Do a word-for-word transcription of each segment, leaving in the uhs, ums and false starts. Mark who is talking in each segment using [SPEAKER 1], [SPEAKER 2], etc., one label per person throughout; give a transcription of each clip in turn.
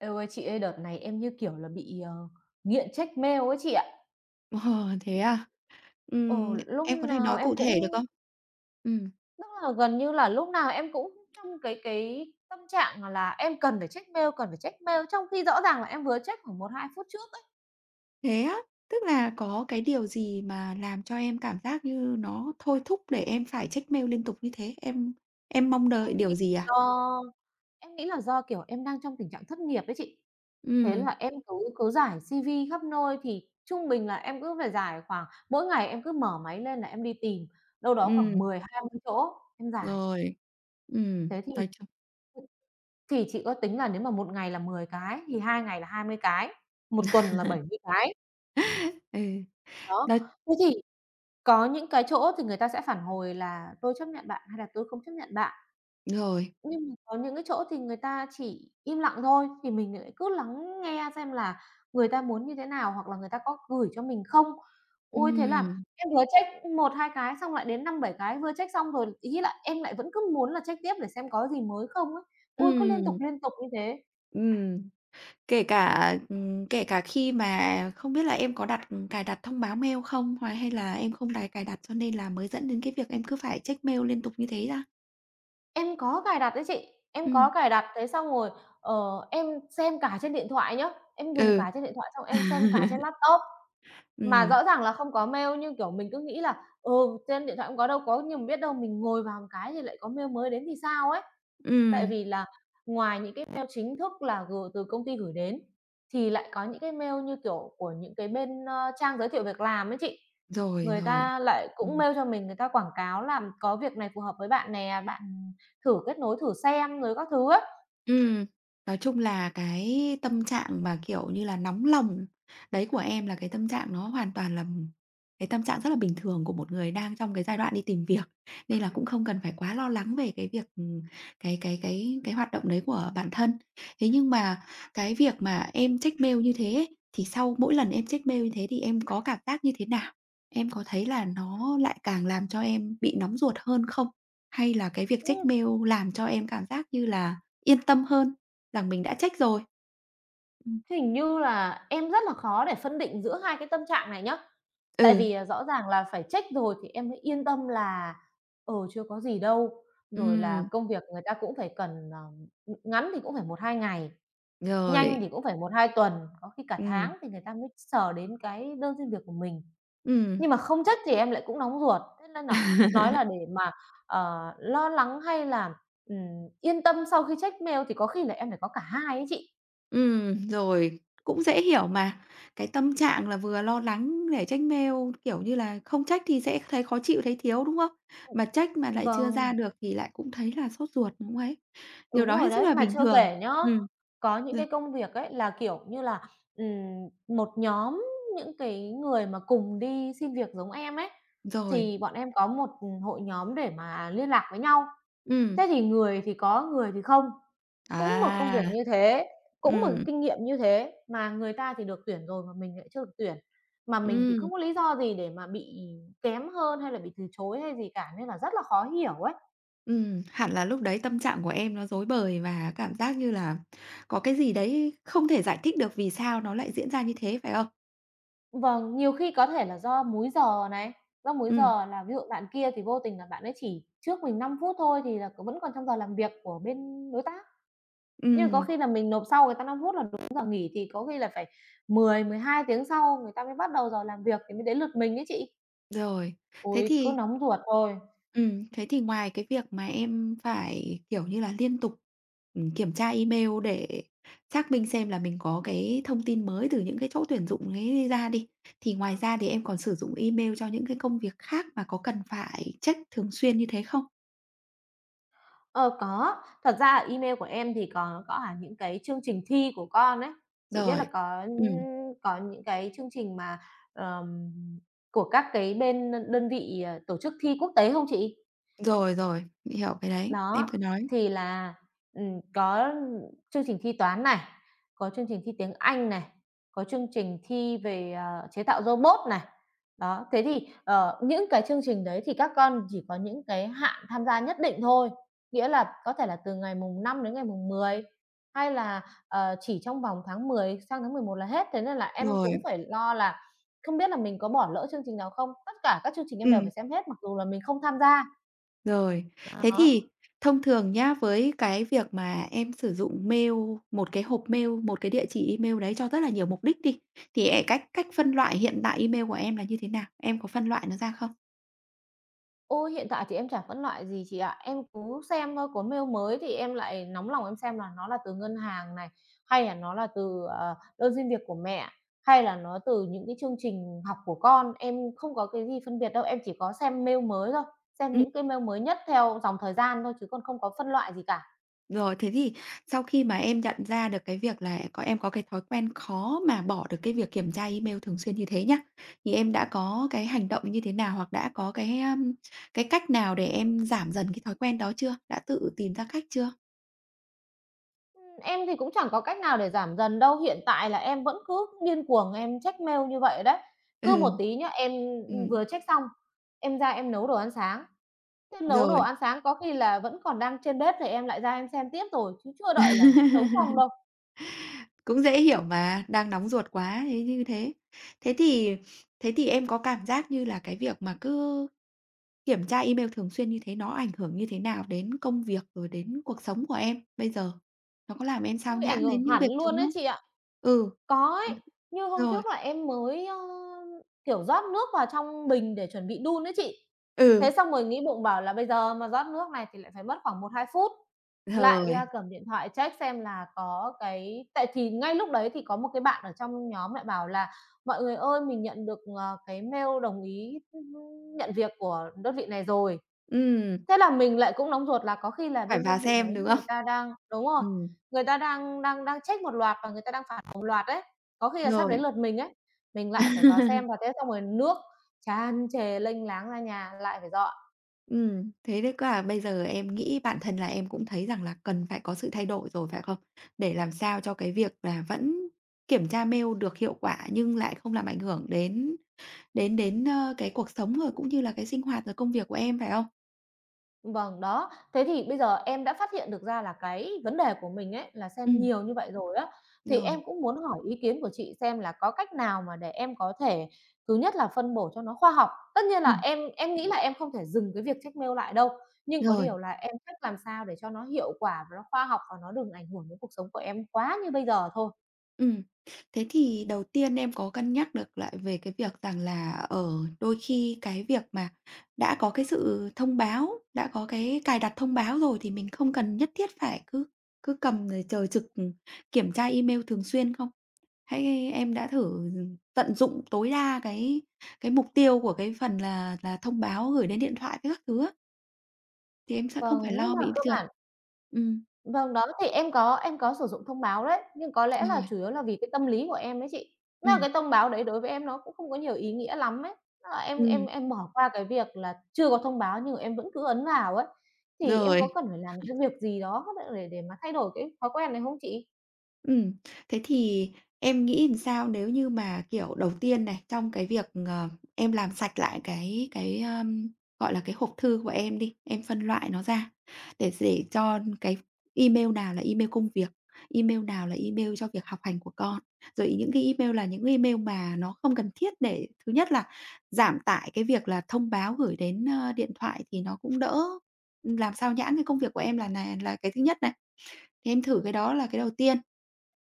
[SPEAKER 1] Eo ơi, chị ơi, đợt này em như kiểu là bị, ờ, nghiện check mail ấy chị ạ.
[SPEAKER 2] Ờ, thế à?
[SPEAKER 1] Ừ,
[SPEAKER 2] Ừm,
[SPEAKER 1] lúc
[SPEAKER 2] em có thể
[SPEAKER 1] nào
[SPEAKER 2] nói cụ
[SPEAKER 1] em
[SPEAKER 2] thể được
[SPEAKER 1] cũng
[SPEAKER 2] không? Ừm,
[SPEAKER 1] tức là gần như là lúc nào em cũng trong cái cái tâm trạng, à, là em cần phải check mail, cần phải check mail, trong khi rõ ràng là em vừa check khoảng một hai phút trước ấy.
[SPEAKER 2] thế á? Tức là có cái điều gì mà làm cho em cảm giác như nó thôi thúc để em phải check mail liên tục như thế? Em em mong
[SPEAKER 1] Em
[SPEAKER 2] đợi
[SPEAKER 1] nghĩ
[SPEAKER 2] điều gì à?
[SPEAKER 1] do Em nghĩ là do, kiểu, em đang trong tình trạng thất nghiệp ấy chị. Thế
[SPEAKER 2] Ừm.
[SPEAKER 1] là em cứ cứ rải si vi khắp nơi thì trung bình là em cứ phải giải khoảng mỗi ngày em cứ mở máy lên là em đi tìm đâu đó khoảng
[SPEAKER 2] Ừm.
[SPEAKER 1] mười hai mươi chỗ, em giải.
[SPEAKER 2] Rồi. Ừm.
[SPEAKER 1] Thế thì
[SPEAKER 2] Nói chung.
[SPEAKER 1] thì chị ước tính là nếu mà một ngày là mười cái thì hai ngày là hai mươi cái, một tuần là bảy mươi cái.
[SPEAKER 2] Ừ.
[SPEAKER 1] Đó,
[SPEAKER 2] Nói
[SPEAKER 1] thế thì có những cái chỗ thì người ta sẽ phản hồi là "Tôi chấp nhận bạn" hay là "Tôi không chấp nhận bạn."
[SPEAKER 2] rồi.
[SPEAKER 1] Nhưng mà có những cái chỗ thì người ta chỉ im lặng thôi, thì mình lại cứ lắng nghe xem là người ta muốn như thế nào hoặc là người ta có gửi cho mình không. Ôi, thế là
[SPEAKER 2] Ừm.
[SPEAKER 1] em vừa check một hai cái xong lại đến năm bảy cái, vừa check xong rồi ý là em lại vẫn cứ muốn là check tiếp để xem có gì mới không ấy. Ôi, cứ liên tục,
[SPEAKER 2] Ừm.
[SPEAKER 1] liên tục như thế.
[SPEAKER 2] Ừm. Kể cả, ừm, kể cả khi mà không biết là em có đặt cài đặt thông báo mail không? Hoặc hay là em không đài cài đặt cho nên là mới dẫn đến cái việc em cứ phải check mail liên tục như thế ra.
[SPEAKER 1] Em có cài đặt đấy chị, em
[SPEAKER 2] Ừm.
[SPEAKER 1] có cài đặt, thế xong rồi, ờ, em xem cả trên điện thoại nhá, em dùng
[SPEAKER 2] Ừ.
[SPEAKER 1] cả trên điện thoại xong em xem cả trên laptop. Mà
[SPEAKER 2] Ừm.
[SPEAKER 1] rõ ràng là không có mail nhưng, kiểu, mình cứ nghĩ là, ừ, trên điện thoại cũng có đâu có, nhưng mà biết đâu mình ngồi vào một cái thì lại có mail mới đến thì sao ấy. Tại
[SPEAKER 2] Ừm.
[SPEAKER 1] vì là ngoài những cái mail chính thức là gửi từ công ty gửi đến, thì lại có những cái mail như, kiểu, của những cái bên, ơ, trang giới thiệu việc làm ấy chị.
[SPEAKER 2] Rồi,
[SPEAKER 1] Người
[SPEAKER 2] rồi.
[SPEAKER 1] ta lại cũng
[SPEAKER 2] Ừm.
[SPEAKER 1] mail cho mình, người ta quảng cáo là có việc này phù hợp với bạn nè, bạn thử kết nối thử xem rồi các thứ ấy.
[SPEAKER 2] Ừm, nói chung là cái tâm trạng mà, kiểu như là, nóng lòng đấy của em là cái tâm trạng nó hoàn toàn là cái tâm trạng rất là bình thường của một người đang trong cái giai đoạn đi tìm việc, nên là cũng không cần phải quá lo lắng về cái việc, ừm, cái cái cái cái hoạt động đấy của bản thân. Thế nhưng mà cái việc mà em check mail như thế ấy, thì sau mỗi lần em check mail như thế thì em có cảm giác như thế nào? Em có thấy là nó lại càng làm cho em bị nóng ruột hơn không? Hay là cái việc
[SPEAKER 1] Ưm,
[SPEAKER 2] check mail làm cho em cảm giác như là yên tâm hơn rằng mình đã check rồi? Ừm.
[SPEAKER 1] Hình như là em rất là khó để phân định giữa hai cái tâm trạng này nhá. Tại
[SPEAKER 2] Ừ.
[SPEAKER 1] vì, à, rõ ràng là phải check rồi thì em mới yên tâm là, ừ, chưa có gì đâu, rồi là
[SPEAKER 2] Ừm.
[SPEAKER 1] công việc người ta cũng phải cần, ờ, ng ngắn thì cũng phải một hai ngày, nhanh
[SPEAKER 2] Rồi.
[SPEAKER 1] thì cũng phải một hai tuần, có khi cả
[SPEAKER 2] Ừm.
[SPEAKER 1] tháng thì người ta mới sờ đến cái đơn xin việc của mình.
[SPEAKER 2] Ừm.
[SPEAKER 1] Nhưng mà không check thì em lại cũng nóng ruột, thế nên là nói là để mà, ờ, lo lắng hay là, ừm, yên tâm sau khi check mail thì có khi là em phải có cả hai ấy chị.
[SPEAKER 2] Ừm. Rồi. Cũng dễ hiểu mà. Cái tâm trạng là vừa lo lắng để check mail, kiểu như là, không check thì sẽ thấy khó chịu, thấy thiếu, đúng không? Mà check mà
[SPEAKER 1] Ừm,
[SPEAKER 2] lại chưa ra
[SPEAKER 1] vâng.
[SPEAKER 2] được thì lại cũng thấy là sốt ruột, cũng ấy. Điều
[SPEAKER 1] Đúng
[SPEAKER 2] đó
[SPEAKER 1] rồi
[SPEAKER 2] hết sức
[SPEAKER 1] đấy,
[SPEAKER 2] là
[SPEAKER 1] mà
[SPEAKER 2] bình
[SPEAKER 1] chưa
[SPEAKER 2] thường.
[SPEAKER 1] kể nhá,
[SPEAKER 2] Ừm.
[SPEAKER 1] có những
[SPEAKER 2] r
[SPEAKER 1] cái công việc ấy là, kiểu như là, ừm, một nhóm những cái người mà cùng đi xin việc giống em ấy,
[SPEAKER 2] rồi,
[SPEAKER 1] thì bọn em có một, ừm, hội nhóm để mà liên lạc với nhau. Thế
[SPEAKER 2] Ừm.
[SPEAKER 1] thì người thì có, người thì không. Cũng một công
[SPEAKER 2] À.
[SPEAKER 1] việc như thế, cũng một cái
[SPEAKER 2] Ừm.
[SPEAKER 1] kinh nghiệm như thế mà người ta thì được tuyển rồi mà mình lại chưa được tuyển, mà mình thì
[SPEAKER 2] Ừm.
[SPEAKER 1] không có lý do gì để mà bị kém hơn hay là bị từ chối hay gì cả nên là rất là khó hiểu ấy.
[SPEAKER 2] Ừm, hẳn là lúc đấy tâm trạng của em nó rối bời và cảm giác như là có cái gì đấy không thể giải thích được vì sao nó lại diễn ra như thế, phải không?
[SPEAKER 1] Vâng, nhiều khi có thể là do múi giờ này, do múi
[SPEAKER 2] Ừm.
[SPEAKER 1] giờ là ví dụ bạn kia thì vô tình là bạn ấy chỉ trước mình năm phút thôi thì là c vẫn còn trong giờ làm việc của bên đối tác, nhưng có
[SPEAKER 2] Ừm.
[SPEAKER 1] khi là mình nộp sau người ta năm phút là đúng giờ nghỉ thì có khi là phải mười mười hai tiếng sau người ta mới bắt đầu giờ làm việc thì mới đến lượt mình ấy chị.
[SPEAKER 2] Rồi. Thế
[SPEAKER 1] Ôi, cứ
[SPEAKER 2] thì
[SPEAKER 1] nóng ruột thôi.
[SPEAKER 2] ừm, thế thì ngoài cái việc mà em phải, kiểu như là, liên tục, ừm, kiểm tra email để xác minh xem là mình có cái thông tin mới từ những cái chỗ tuyển dụng ấy ra đi, thì ngoài ra thì em còn sử dụng email cho những cái công việc khác mà có cần phải check thường xuyên như thế không?
[SPEAKER 1] Ờ, có. Thật ra ở email của em thì có có cả những cái chương trình thi của con ấy. Chị biết
[SPEAKER 2] Rồi.
[SPEAKER 1] là có,
[SPEAKER 2] Ừm.
[SPEAKER 1] có những cái chương trình mà, ờm, của các cái bên đơn đơn vị, ờ, tổ chức thi quốc tế không chị?
[SPEAKER 2] Rồi, rồi, mình hiểu cái đấy, em
[SPEAKER 1] Đó,
[SPEAKER 2] cứ nói.
[SPEAKER 1] thì là, ừm, có chương trình thi toán này, có chương trình thi tiếng Anh này, có chương trình thi về, ờ, chế tạo robot này. Đó, thế thì, ờ, những cái chương trình đấy thì các con chỉ có những cái hạn tham gia nhất định thôi, nghĩa là có thể là từ ngày mùng năm đến ngày mùng mười, hay là, ờ, chỉ trong vòng tháng mười sang tháng mười một là hết. Thế nên là em cũng
[SPEAKER 2] Rồi.
[SPEAKER 1] phải lo là không biết là mình có bỏ lỡ chương trình nào không? Tất cả các chương trình em đều phải
[SPEAKER 2] Ừm.
[SPEAKER 1] xem hết mặc dù là mình không tham gia.
[SPEAKER 2] Rồi. Thế
[SPEAKER 1] Đó.
[SPEAKER 2] thì thông thường nhá, với cái việc mà em sử dụng mail, một cái hộp mail, một cái địa chỉ email đấy cho rất là nhiều mục đích đi, thì, à, cách cách phân loại hiện tại email của em là như thế nào? Em có phân loại nó ra không?
[SPEAKER 1] Ôi, hiện tại thì em chả phân loại gì chị ạ. Em cứ xem thôi, có mail mới thì em lại nóng lòng em xem là nó là từ ngân hàng này, hay là nó là từ, ờ, đơn xin việc của mẹ, hay là nó từ những cái chương trình học của con. Em không có cái gì phân biệt đâu, em chỉ có xem mail mới thôi, xem
[SPEAKER 2] Ừm.
[SPEAKER 1] những cái mail mới nhất theo dòng thời gian thôi chứ còn không có phân loại gì cả.
[SPEAKER 2] Rồi, thế thì sau khi mà em nhận ra được cái việc là có em có cái thói quen khó mà bỏ được cái việc kiểm tra email thường xuyên như thế nhá, thì em đã có cái hành động như thế nào hoặc đã có cái, um, cái cách nào để em giảm dần cái thói quen đó chưa? Đã tự tìm ra cách chưa?
[SPEAKER 1] Em thì cũng chẳng có cách nào để giảm dần đâu, hiện tại là em vẫn cứ điên cuồng em check mail như vậy đấy. Cứ
[SPEAKER 2] Ừ.
[SPEAKER 1] một tí nhá, em,
[SPEAKER 2] Ừm.
[SPEAKER 1] vừa check xong, em ra em nấu đồ ăn sáng. Thế nấu đồ
[SPEAKER 2] Rồi.
[SPEAKER 1] ăn sáng có khi là vẫn còn đang trên bếp thì em lại ra em xem tiếp rồi, chứ chưa đợi là đã nấu xong đâu.
[SPEAKER 2] Cũng dễ hiểu mà, đang nóng ruột quá thế như thế. Thế thì thế thì em có cảm giác như là cái việc mà cứ kiểm tra email thường xuyên như thế nó ảnh hưởng như thế nào đến công việc, rồi đến cuộc sống của em bây giờ? Nó có làm em xao
[SPEAKER 1] Ôi, ảnh
[SPEAKER 2] nhãng
[SPEAKER 1] hưởng
[SPEAKER 2] đến những
[SPEAKER 1] hẳn
[SPEAKER 2] việc chúng
[SPEAKER 1] luôn đấy
[SPEAKER 2] không?
[SPEAKER 1] chị ạ.
[SPEAKER 2] Ừ.
[SPEAKER 1] Có ấy,
[SPEAKER 2] Ừm.
[SPEAKER 1] như hôm
[SPEAKER 2] Rồi.
[SPEAKER 1] trước là em mới, ơ, kiểu, rót nước vào trong bình để chuẩn bị đun ấy chị. Thế
[SPEAKER 2] Ừ.
[SPEAKER 1] xong rồi nghĩ bụng bảo là bây giờ mà rót nước này thì lại phải mất khoảng một hai phút, lại ra
[SPEAKER 2] Rồi.
[SPEAKER 1] cầm điện thoại check xem là có cái tại thì ngay lúc đấy thì có một cái bạn ở trong nhóm lại bảo là "Mọi người ơi, mình nhận được, ờ, cái mail đồng ý, nhận việc của đơn vị này rồi."
[SPEAKER 2] Ừm,
[SPEAKER 1] Thế là mình lại cũng nóng ruột là có khi là
[SPEAKER 2] phải
[SPEAKER 1] bên
[SPEAKER 2] vào
[SPEAKER 1] đơn vị
[SPEAKER 2] xem,
[SPEAKER 1] đấy
[SPEAKER 2] đúng
[SPEAKER 1] người
[SPEAKER 2] không?
[SPEAKER 1] ta đang đúng rồi,
[SPEAKER 2] Ừm.
[SPEAKER 1] người ta đang đang đang check một loạt và người ta đang phạt một loạt đấy, có khi là sắp đến
[SPEAKER 2] Rồi.
[SPEAKER 1] lượt mình ấy, mình lại phải vào xem và thế xong rồi nước tràn trề lênh láng ra nhà, lại phải dọn.
[SPEAKER 2] Ừm, thế đấy quả bây giờ em nghĩ bản thân là em cũng thấy rằng là cần phải có sự thay đổi rồi, phải không? Để làm sao cho cái việc là vẫn kiểm tra mail được hiệu quả nhưng lại không làm ảnh hưởng đến Đến đến, ơ, cái cuộc sống rồi cũng như là cái sinh hoạt rồi công việc của em, phải không?
[SPEAKER 1] Vâng, đó. Thế thì bây giờ em đã phát hiện được ra là cái vấn đề của mình ấy, là xem
[SPEAKER 2] Ừm.
[SPEAKER 1] nhiều như vậy rồi á, thì
[SPEAKER 2] Rồi.
[SPEAKER 1] em cũng muốn hỏi ý kiến của chị xem là có cách nào mà để em có thể thứ nhất là phân bổ cho nó khoa học. Tất nhiên là
[SPEAKER 2] Ừm.
[SPEAKER 1] em em nghĩ là em không thể dừng cái việc check mail lại đâu, nhưng có
[SPEAKER 2] Rồi.
[SPEAKER 1] điều là em cách làm sao để cho nó hiệu quả và nó khoa học và nó đừng ảnh hưởng đến cuộc sống của em quá như bây giờ thôi.
[SPEAKER 2] Ừm. Thế thì đầu tiên em có cân nhắc được lại về cái việc rằng là, ở đôi khi cái việc mà đã có cái sự thông báo, đã có cái cài đặt thông báo rồi thì mình không cần nhất thiết phải cứ cứ cầm rồi chờ trực, kiểm tra email thường xuyên không? Hãy em đã thử tận dụng tối đa cái cái mục tiêu của cái phần là là thông báo gửi đến điện thoại với các thứ á. Thì em sẽ không
[SPEAKER 1] Vâng,
[SPEAKER 2] phải
[SPEAKER 1] nhưng
[SPEAKER 2] lo
[SPEAKER 1] mà
[SPEAKER 2] bị
[SPEAKER 1] cơ
[SPEAKER 2] trượt.
[SPEAKER 1] bản
[SPEAKER 2] Ừm.
[SPEAKER 1] Vâng, đó, thì em có em có sử dụng thông báo đấy, nhưng có lẽ là
[SPEAKER 2] Rồi.
[SPEAKER 1] chủ yếu là vì cái tâm lý của em đấy chị. Nên là
[SPEAKER 2] Ừm.
[SPEAKER 1] cái thông báo đấy đối với em nó cũng không có nhiều ý nghĩa lắm ấy, tức là em em
[SPEAKER 2] Ừm.
[SPEAKER 1] em bỏ qua cái việc là chưa có thông báo nhưng mà em vẫn cứ ấn vào ấy, thì em có
[SPEAKER 2] Rồi.
[SPEAKER 1] cần phải làm cái việc gì đó để để mà thay đổi cái thói quen này không chị?
[SPEAKER 2] Ừm, Thế thì em nghĩ làm sao nếu như mà, kiểu, đầu tiên này, trong cái việc, ờ, em làm sạch lại cái cái, ờm, gọi là, cái hộp thư của em đi, em phân loại nó ra để để cho cái email nào là email công việc, email nào là email cho việc học hành của con. Rồi những cái email là những email mà nó không cần thiết để thứ nhất là giảm tải cái việc là thông báo gửi đến, ơ, điện thoại thì nó cũng đỡ, ừm, làm sao nhãng cái công việc của em là nà là cái thứ nhất này. Thế em thử cái đó là cái đầu tiên.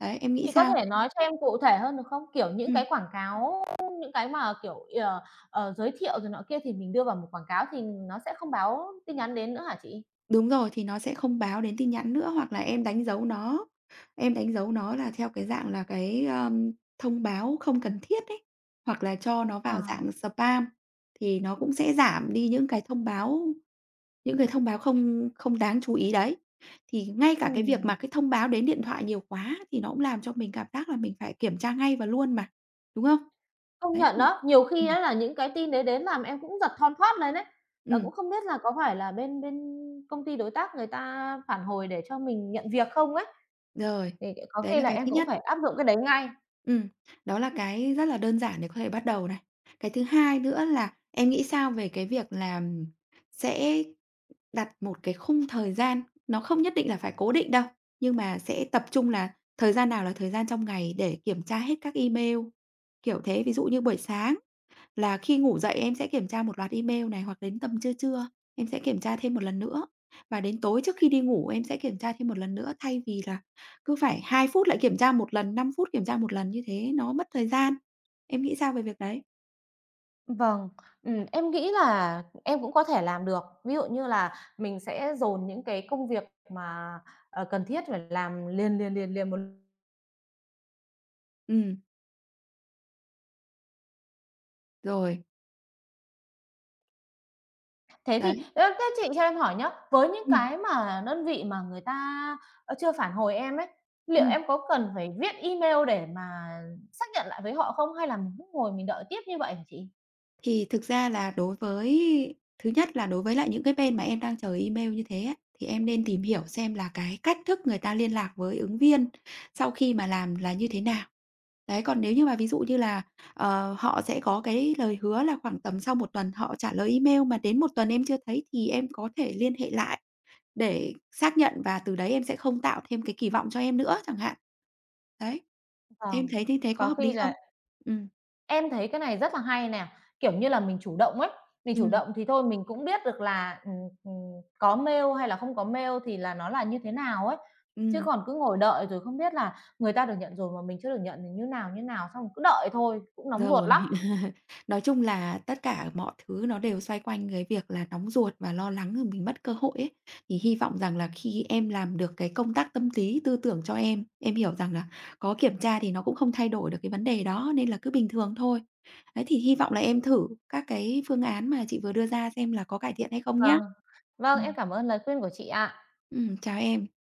[SPEAKER 2] Đấy, em nghĩ
[SPEAKER 1] Chị có
[SPEAKER 2] sao?
[SPEAKER 1] thể nói cho em cụ thể hơn được không? Kiểu những
[SPEAKER 2] Ừm,
[SPEAKER 1] cái quảng cáo, những cái mà, kiểu, ờ, ờ, giới thiệu rồi nọ kia thì mình đưa vào một quảng cáo thì nó sẽ không báo tin nhắn đến nữa hả chị?
[SPEAKER 2] Đúng rồi, thì nó sẽ không báo đến tin nhắn nữa, hoặc là em đánh dấu nó, em đánh dấu nó là theo cái dạng là cái, ờm, thông báo không cần thiết ấy, hoặc là cho nó vào
[SPEAKER 1] À,
[SPEAKER 2] dạng spam thì nó cũng sẽ giảm đi những cái thông báo những cái thông báo không không đáng chú ý đấy. Thì ngay
[SPEAKER 1] ừ.
[SPEAKER 2] cả cái việc mà cái thông báo đến điện thoại nhiều quá thì nó cũng làm cho mình cảm giác là mình phải kiểm tra ngay và luôn mà, đúng không?
[SPEAKER 1] Công
[SPEAKER 2] Đấy
[SPEAKER 1] nhận
[SPEAKER 2] thì
[SPEAKER 1] đó, nhiều khi
[SPEAKER 2] ừm,
[SPEAKER 1] á là những cái tin đấy đến làm em cũng giật thon thót lên ấy, là
[SPEAKER 2] ừm.
[SPEAKER 1] cũng không biết là có phải là bên bên công ty đối tác người ta phản hồi để cho mình nhận việc không ấy,
[SPEAKER 2] Rồi,
[SPEAKER 1] thì có
[SPEAKER 2] đấy
[SPEAKER 1] khi
[SPEAKER 2] là
[SPEAKER 1] là
[SPEAKER 2] cái
[SPEAKER 1] em
[SPEAKER 2] thứ
[SPEAKER 1] cũng
[SPEAKER 2] nhất.
[SPEAKER 1] phải áp dụng cái đấy ngay.
[SPEAKER 2] Ừm, Đó là cái rất là đơn giản để có thể bắt đầu này. Cái thứ hai nữa là em nghĩ sao về cái việc là sẽ đặt một cái khung thời gian, nó không nhất định là phải cố định đâu, nhưng mà sẽ tập trung là thời gian nào là thời gian trong ngày để kiểm tra hết các email, kiểu thế. Ví dụ như buổi sáng là khi ngủ dậy em sẽ kiểm tra một loạt email này, hoặc đến tầm trưa trưa em sẽ kiểm tra thêm một lần nữa. Và đến tối trước khi đi ngủ em sẽ kiểm tra thêm một lần nữa, thay vì là cứ phải hai phút lại kiểm tra một lần, năm phút kiểm tra một lần, như thế nó mất thời gian. Em nghĩ sao về việc đấy?
[SPEAKER 1] Vâng, ừm, em nghĩ là em cũng có thể làm được. Ví dụ như là mình sẽ dồn những cái công việc mà, ờ, cần thiết phải làm liền, liền, liền, liền một
[SPEAKER 2] Ừ. Rồi.
[SPEAKER 1] Thế
[SPEAKER 2] Đấy.
[SPEAKER 1] thì ơ, thế chị cho em hỏi nhá, với những
[SPEAKER 2] Ừ.
[SPEAKER 1] cái mà đơn vị mà người ta, ơ, chưa phản hồi em ấy,
[SPEAKER 2] Ừ.
[SPEAKER 1] liệu em có cần phải viết email để mà xác nhận lại với họ không hay là mình cứ ngồi mình đợi tiếp như vậy hả chị?
[SPEAKER 2] Thì thực ra là đối với thứ nhất là đối với lại những cái bên mà em đang chờ email như thế á, thì em nên tìm hiểu xem là cái cách thức người ta liên lạc với ứng viên sau khi mà làm là như thế nào. Đấy, còn nếu như mà ví dụ như là, ờ, họ sẽ có cái lời hứa là khoảng tầm sau một tuần họ trả lời email mà đến một tuần em chưa thấy thì em có thể liên hệ lại để xác nhận và từ đấy em sẽ không tạo thêm cái kỳ vọng cho em nữa chẳng hạn. Đấy, thế em
[SPEAKER 1] Vâng,
[SPEAKER 2] thấy như thế có
[SPEAKER 1] có
[SPEAKER 2] hợp
[SPEAKER 1] khi
[SPEAKER 2] lý
[SPEAKER 1] là
[SPEAKER 2] không? Ừ.
[SPEAKER 1] em thấy cái này rất là hay nè, kiểu như là, mình chủ động ấy, mình
[SPEAKER 2] Ừ.
[SPEAKER 1] chủ động thì thôi mình cũng biết được là, ừm, ừm, có mail hay là không có mail thì là nó là như thế nào ấy, chứ
[SPEAKER 2] Ừm.
[SPEAKER 1] còn cứ ngồi đợi rồi không biết là người ta được nhận rồi mà mình chưa được nhận thì như nào, như nào, xong cứ đợi thôi, cũng nóng ruột
[SPEAKER 2] Rồi.
[SPEAKER 1] lắm.
[SPEAKER 2] Nói chung là tất cả mọi thứ nó đều xoay quanh cái việc là nóng ruột và lo lắng rồi mình mất cơ hội ấy. Thì hy vọng rằng là khi em làm được cái công tác tâm lý, tư tưởng cho em, em hiểu rằng là có kiểm tra thì nó cũng không thay đổi được cái vấn đề đó, nên là cứ bình thường thôi. Đấy, thì hy vọng là em thử các cái phương án mà chị vừa đưa ra xem là có cải thiện hay không nhá.
[SPEAKER 1] Vâng, vâng, em
[SPEAKER 2] Ừm.
[SPEAKER 1] cảm ơn lời khuyên của chị ạ.
[SPEAKER 2] Ừm. Chào em.